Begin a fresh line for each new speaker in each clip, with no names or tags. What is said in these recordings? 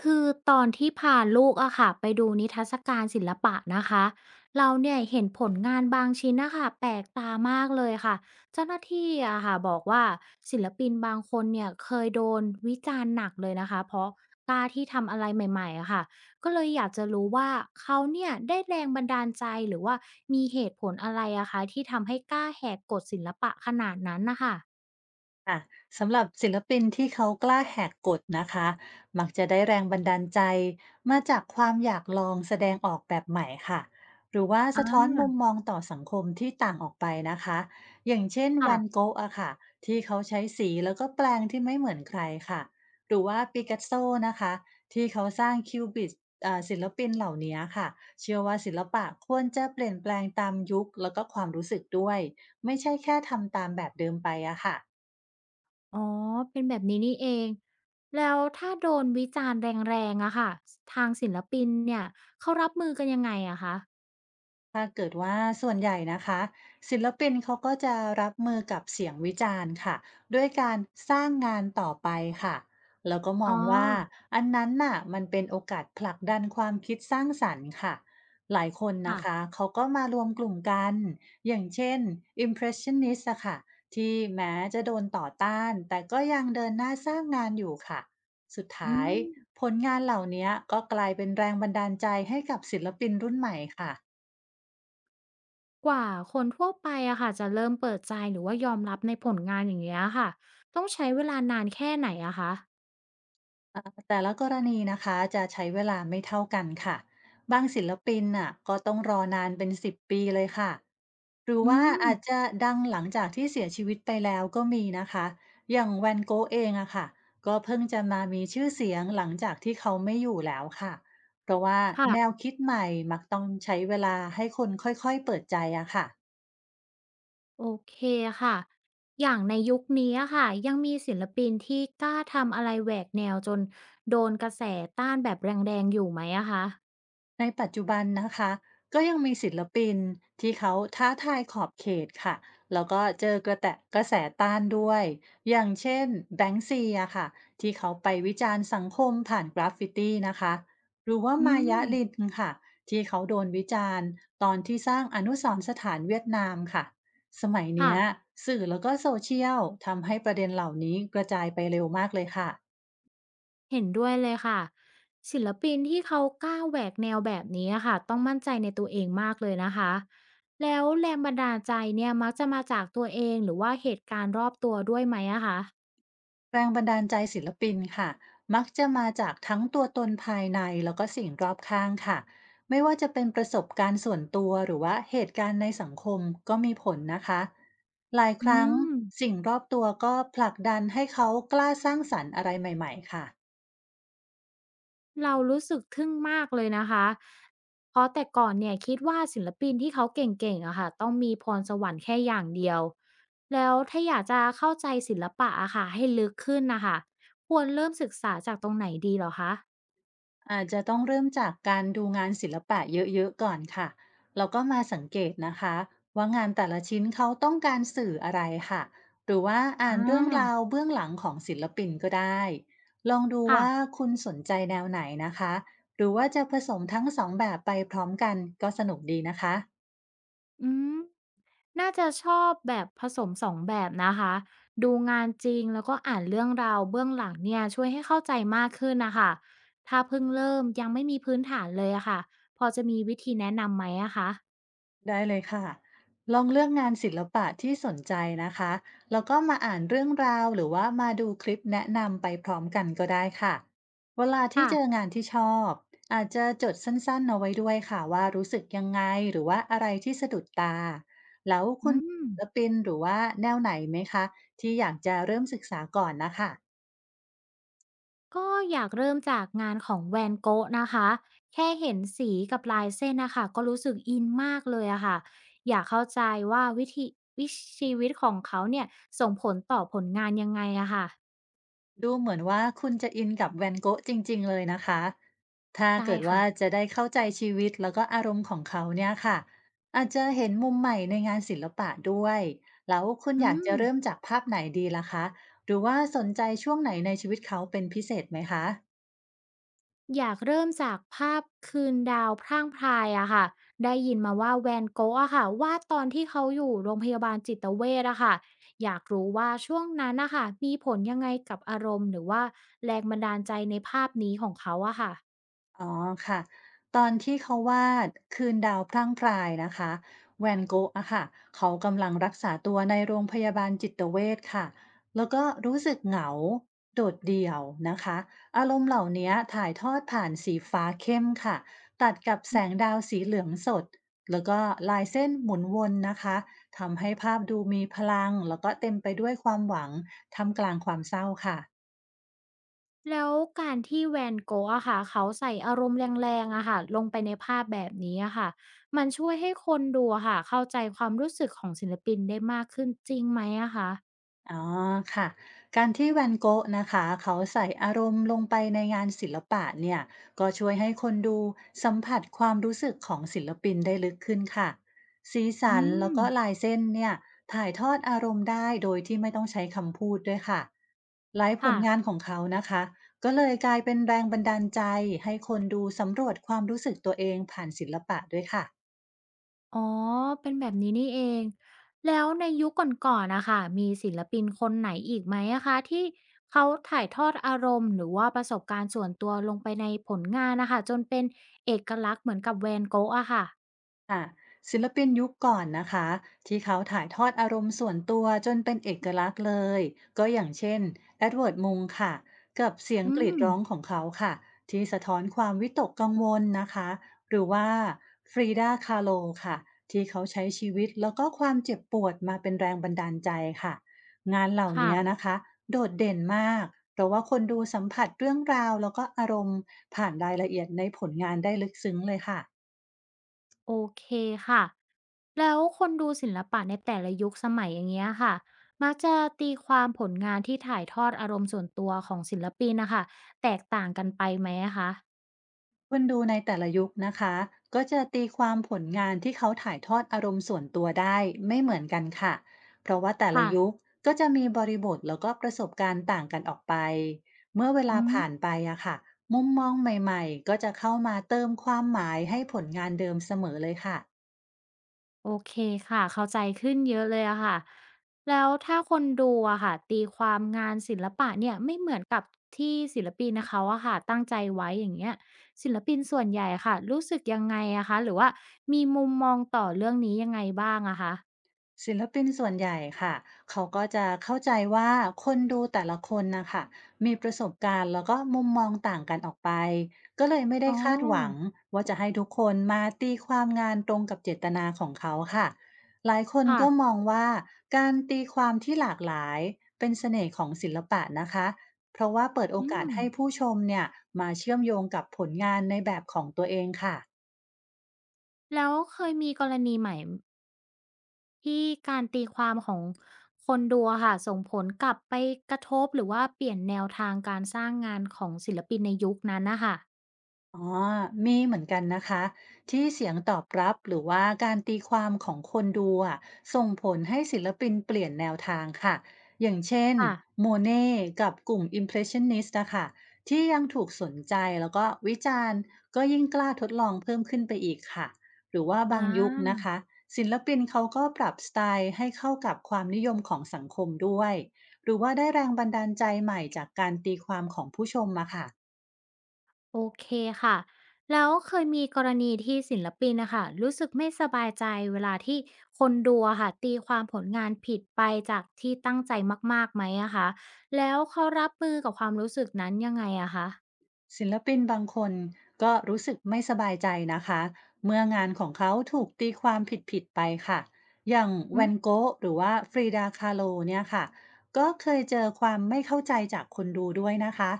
คือตอนที่พาลูกอะค่ะไปดูนิทรรศการศิลปะนะคะเราเนี่ยเห็นผลงานบางชิ้นนะคะแปลกตามากเลยค่ะเจ้าหน้าที่อะค่ะบอกว่าศิลปินบางคนเนี่ยเคยโดนวิจารณ์หนักเลยนะคะเพราะกล้าที่ทำอะไรใหม่ๆอะค่ะก็เลยอยากจะรู้ว่าเขาเนี่ยได้แรงบันดาลใจหรือว่ามีเหตุผลอะไรอะคะที่ทำให้กล้าแหกกฎศิลปะขนาดนั้นนะคะ
ค่ะสำหรับศิลปินที่เขากล้าแหกกฎนะคะ มักจะได้แรงบันดาลใจมาจากความอยากลองแสดงออกแบบใหม่ค่ะ หรือว่า
อ่
สะท้อนมุม
า
มองต่อสังคมที่ต่างออกไปนะคะอย่างเช่นแว
ค่ะ
นโกะอะค่ะที่เขาใช้สีแล้วก็แปลงที่ไม่เหมือนใครค่ะหรือว่าปิกัสโซนะคะที่เขาสร้างคิวบิสศิลปินเหล่านี้ค่ะ เชื่อว่าศิลปะควรจะเปลี่ยนแปลงตามยุคแล้วก็ความรู้สึกด้วยไม่ใช่แค่ทำตามแบบเดิมไปอะค่ะ
อ๋อเป็นแบบนี้นี่เอง แล้วถ้าโดนวิจารณ์แรงๆอะค่ะ ทางศิลปินเนี่ย เขารับมือกันยังไงอะคะ
ถ้าเกิดว่าส่วนใหญ่นะคะศิลปินเขาก็จะรับมือกับเสียงวิจารณ์ค่ะด้วยการสร้างงานต่อไปค่ะแล้วก็ม
อ๋
อ
อ
งว่าอันนั้นน่ะมันเป็นโอกาสผลักดันความคิดสร้างสรรค์ค่ะหลายคนนะ
ค่ะ
คะเขาก็มารวมกลุ่มกันอย่างเช่น Impressionist อะค่ะที่แม้จะโดนต่อต้านแต่ก็ยังเดินหน้าสร้างงานอยู่ค่ะสุด
อื
ท้าย
ม
ผลงานเหล่านี้ก็กลายเป็นแรงบันดาลใจให้กับศิลปินรุ่นใหม่ค่ะ
กว่าคนทั่วไปอะค่ะจะเริ่มเปิดใจหรือว่ายอมรับในผลงานอย่างเงี้ยค่ะต้องใช้เวลานานแค่ไหนอะคะ
อ่าแต่ละกรณีนะคะจะใช้เวลาไม่เท่ากันค่ะบางศิลปินน่ะก็ต้องรอนานเป็นสิบปีเลยค่ะหรือ
อื
ว่า
ม
อาจจะดังหลังจากที่เสียชีวิตไปแล้วก็มีนะคะอย่างแวนโกะเองอะค่ะก็เพิ่งจะมามีชื่อเสียงหลังจากที่เขาไม่อยู่แล้วค่ะเพราะว่าแนว
ค่ะ
คิดใหม่มักต้องใช้เวลาให้คนค่อยๆเปิดใจอะค่ะ
โอเคค่ะ อย่างในยุคนี้อะค่ะยังมีศิลปินที่กล้าทำอะไรแหวกแนวจนโดนกระแสต้านแบบแรงๆอยู่ไหมอะคะ
ในปัจจุบันนะคะก็ยังมีศิลปินที่เขาท้าทายขอบเขตค่ะแล้วก็เจอกระแตะกระแสต้านด้วยอย่างเช่นแบงค์ซีอะค่ะที่เขาไปวิจารณ์สังคมผ่านกราฟฟิตีนะคะหรือว่า
อื
มายะลิน
ม
ค่ะที่เขาโดนวิจารณ์ตอนที่สร้างอนุสรณ์สถานเวียดนามค่ะสมัยเนี้ย
ค่ะ
สื่อแล้วก็โซเชียลทำให้ประเด็นเหล่านี้กระจายไปเร็วมากเลยค่ะ
เห็นด้วยเลยค่ะศิลปินที่เขากล้าแหวกแนวแบบนี้อะค่ะต้องมั่นใจในตัวเองมากเลยนะคะแล้วแรงบันดาลใจเนี่ยมักจะมาจากตัวเองหรือว่าเหตุการณ์รอบตัวด้วยไหมอะคะ
แรงบันดาลใจศิลปินค่ะมักจะมาจากทั้งตัวตนภายในแล้วก็สิ่งรอบข้างค่ะไม่ว่าจะเป็นประสบการณ์ส่วนตัวหรือว่าเหตุการณ์ในสังคมก็มีผลนะคะหลายค
อื
รั้ง
ม
สิ่งรอบตัวก็ผลักดันให้เขากล้าสร้างสรรค์อะไรใหม่ๆค่ะ
เรารู้สึกทึ่งมากเลยนะคะเพราะแต่ก่อนเนี่ยคิดว่าศิลปินที่เขาเก่งๆอะค่ะต้องมีพรสวรรค์แค่อย่างเดียวแล้วถ้าอยากจะเข้าใจศิลปะอะค่ะให้ลึกขึ้นนะคะควรเริ่มศึกษาจากตรงไหนดีเหรอคะ
อาจจะต้องเริ่มจากการดูงานศิลปะเยอะๆก่อนค่ะแล้วก็มาสังเกตนะคะว่างานแต่ละชิ้นเขาต้องการสื่ออะไรค่ะหรือว่า
อ่
อ่านเรื่องราว
า
เบื้องหลังของศิลปินก็ได้ลองดูว่า
ค่ะ
คุณสนใจแนวไหนนะคะหรือว่าจะผสมทั้งสองแบบไปพร้อมกันก็สนุกดีนะคะ
อืม น่าจะชอบแบบผสม2แบบนะคะดูงานจริงแล้วก็อ่านเรื่องราวเบื้องหลังเนี่ยช่วยให้เข้าใจมากขึ้นนะคะถ้าเพิ่งเริ่มยังไม่มีพื้นฐานเลยอะค่ะพอจะมีวิธีแนะนำไหมอะคะ
ได้เลยค่ะ ลองเลือกงานศิลปะที่สนใจนะคะ แล้วก็มาอ่านเรื่องราวหรือว่ามาดูคลิปแนะนำไปพร้อมกันก็ได้ค่ะเวลาที่เจอ
ค่ะ
งานที่ชอบอาจจะจดสั้นๆเอาไว้ด้วยค่ะว่ารู้สึกยังไงหรือว่าอะไรที่สะดุดตาแล้ว
อื
คุณ
ม
ศิลปินหรือว่าแนวไหนไหมคะที่อยากจะเริ่มศึกษาก่อนนะคะ
ก็อยากเริ่มจากงานของแวนโกะนะคะแค่เห็นสีกับลายเส้นนะคะก็รู้สึกอินมากเลยอะค่ะอยากเข้าใจว่าวิธีวิชีวิตของเขาเนี่ยส่งผลต่อผลงานยังไงอะค่ะ
ดูเหมือนว่าคุณจะอินกับ van Gogh จริงๆเลยนะคะ ถ้า
ใช่
เกิด
ค่ะ
ว่าจะได้เข้าใจชีวิตแล้วก็อารมณ์ของเขาเนี่ยค่ะ อาจจะเห็นมุมใหม่ในงานศิลปะด้วย แล้วคุณ
อื
อยากจะ
ม
เริ่มจากภาพไหนดีล่ะคะ หรือว่าสนใจช่วงไหนในชีวิตเขาเป็นพิเศษไหมคะ
อยากเริ่มจากภาพคืนดาวพร่างพรายอะค่ะได้ยินมาว่าแวนโกะอะค่ะวาดตอนที่เขาอยู่โรงพยาบาลจิตเวชอะค่ะอยากรู้ว่าช่วงนั้นนะคะมีผลยังไงกับอารมณ์หรือว่าแรงบันดาลใจในภาพนี้ของเขาอะค่ะ
อ๋อค่ะตอนที่เขาวาดคืนดาวพร่างพรายนะคะแวนโกะอะค่ะเขากำลังรักษาตัวในโรงพยาบาลจิตเวชค่ะแล้วก็รู้สึกเหงาโดดเดี่ยวนะคะอารมณ์เหล่านี้ถ่ายทอดผ่านสีฟ้าเข้มค่ะตัดกับแสงดาวสีเหลืองสดแล้วก็ลายเส้นหมุนวนนะคะทำให้ภาพดูมีพลังแล้วก็เต็มไปด้วยความหวังท่ามกลางความเศร้าค่ะ
แล้วการที่แวนโกะอะค่ะเขาใส่อารมณ์แรงๆอะค่ะลงไปในภาพแบบนี้อะค่ะมันช่วยให้คนดูอะค่ะเข้าใจความรู้สึกของศิลปินได้มากขึ้นจริงไหมอะคะ
อ๋อค่ะการที่แวนโกะนะคะเขาใส่อารมณ์ลงไปในงานศิลปะเนี่ยก็ช่วยให้คนดูสัมผัสความรู้สึกของศิลปินได้ลึกขึ้นค่ะสีสั
อื
นแล้ว
ม
ก็ลายเส้นเนี่ยถ่ายทอดอารมณ์ได้โดยที่ไม่ต้องใช้คำพูดด้วยค่ะหลายผ
ค่ะ
ลงานของเขานะคะก็เลยกลายเป็นแรงบันดาลใจให้คนดูสำรวจความรู้สึกตัวเองผ่านศิลปะด้วยค่ะ
อ๋อ เป็นแบบนี้นี่เอง แล้วในยุคก่อนๆนะคะ มีศิลปินคนไหนอีกไหมอะคะที่เขาถ่ายทอดอารมณ์หรือว่าประสบการณ์ส่วนตัวลงไปในผลงานนะคะจนเป็นเอกลักษณ์เหมือนกับแวนโก g อะค่ะ
ค่ะศิลปินยุคก่อนนะคะที่เขาถ่ายทอดอารมณ์ส่วนตัวจนเป็นเอกลักษณ์เลยก็อย่างเช่นเอ็ดเวิร์ดมุงค่ะกับเสียง
อื
กรีด
ม
ร้องของเขาค่ะที่สะท้อนความวิตกกังวลนะคะหรือว่าฟรีดาคาโลค่ะที่เขาใช้ชีวิตแล้วก็ความเจ็บปวดมาเป็นแรงบันดาลใจค่ะงานเหล่า
ค่ะ
นี้นะคะโดดเด่นมากเพราะว่าคนดูสัมผัสเรื่องราวแล้วก็อารมณ์ผ่านรายละเอียดในผลงานได้ลึกซึ้งเลยค่ะ
โอเคค่ะ แล้วคนดูศิลปะในแต่ละยุคสมัยอย่างเงี้ยค่ะมักจะตีความผลงานที่ถ่ายทอดอารมณ์ส่วนตัวของศิลปินนะค่ะแตกต่างกันไปไหมอะคะ
คนดูในแต่ละยุคนะคะก็จะตีความผลงานที่เขาถ่ายทอดอารมณ์ส่วนตัวได้ไม่เหมือนกันค่ะเพราะว่าแต่ละ
ค่ะ
ยุคก็จะมีบริบทแล้วก็ประสบการณ์ต่างกันออกไปเมื่อเว
อื
ลา
ม
ผ่านไปอะค่ะมุมมองใหม่ๆก็จะเข้ามาเติมความหมายให้ผลงานเดิมเสมอเลยค่ะ
โอเคค่ะเข้าใจขึ้นเยอะเลยอะค่ะแล้วถ้าคนดูอะค่ะตีความงานศิลปะเนี่ยไม่เหมือนกับที่ศิลปินนะเขาอะค่ะตั้งใจไว้อย่างเงี้ยศิลปินส่วนใหญ่อะค่ะรู้สึกยังไงอะคะหรือว่ามีมุมมองต่อเรื่องนี้ยังไงบ้างอะคะ
ศิลปินส่วนใหญ่ค่ะเขาก็จะเข้าใจว่าคนดูแต่ละคนนะคะมีประสบการณ์แล้วก็มุมมองต่างกันออกไปก็เลยไม่ได้
อ๋อ
คาดหวังว่าจะให้ทุกคนมาตีความงานตรงกับเจตนาของเขาค่ะหลายคนก็
ค่ะ
มองว่าการตีความที่หลากหลายเป็นเสน่ห์ของศิลปะนะคะเพราะว่าเปิดโอ
อื
กาส
ม
ให้ผู้ชมเนี่ยมาเชื่อมโยงกับผลงานในแบบของตัวเองค่ะ
แล้วเคยมีกรณีใหม่ที่การตีความของคนดูอะค่ะส่งผลกลับไปกระทบหรือว่าเปลี่ยนแนวทางการสร้างงานของศิลปินในยุคนั้นนะคะ
อ๋อมีเหมือนกันนะคะที่เสียงตอบรับหรือว่าการตีความของคนดูอะส่งผลให้ศิลปินเปลี่ยนแนวทางค่ะอย่างเช่น
ค่ะ
โมเน่กับกลุ่ม Impressionist นะคะที่ยังถูกสนใจแล้วก็วิจารณ์ก็ยิ่งกล้าทดลองเพิ่มขึ้นไปอีกค่ะหรือว่า
อ
บางยุคนะ
า
คะศิลปินเขาก็ปรับสไตล์ให้เข้ากับความนิยมของสังคมด้วยหรือว่าได้แรงบันดาลใจใหม่จากการตีความของผู้ชมมาค่ะ
โอเคค่ะแล้วเคยมีกรณีที่ศิลปินน่ะค่ะรู้สึกไม่สบายใจเวลาที่คนดูอะค่ะตีความผลงานผิดไปจากที่ตั้งใจมากๆไหมอะคะแล้วเขารับมือกับความรู้สึกนั้นยังไงอะคะ
ศิลปินบางคนก็รู้สึกไม่สบายใจนะคะเมื่องานของเขาถูกตีความผิดๆไปค่ะอย่าง
อื
แว
ม
นโกะหรือว่าฟรีดาคาโลเนี่ยค่ะก็เคยเจอความไม่เข้าใจจากคนดูด้วยนะคะ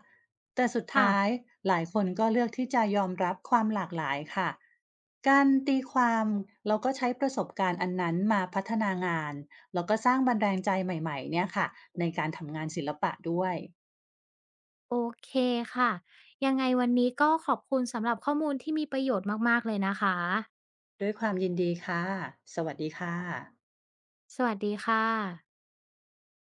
แต่สุดท้าย
ค่ะ
หลายคนก็เลือกที่จะยอมรับความหลากหลายค่ะการตีความเราก็ใช้ประสบการณ์อันนั้นมาพัฒนางานแล้วก็สร้างบันดาลใจใหม่ๆเนี่ยค่ะในการทำงานศิลปะด้วย
โอเคค่ะยังไงวันนี้ก็ขอบคุณสำหรับข้อมูลที่มีประโยชน์มากๆเลยนะคะ
ด้วยความยินดีค่ะ สวัสดีค่ะ
สวัสดีค่ะ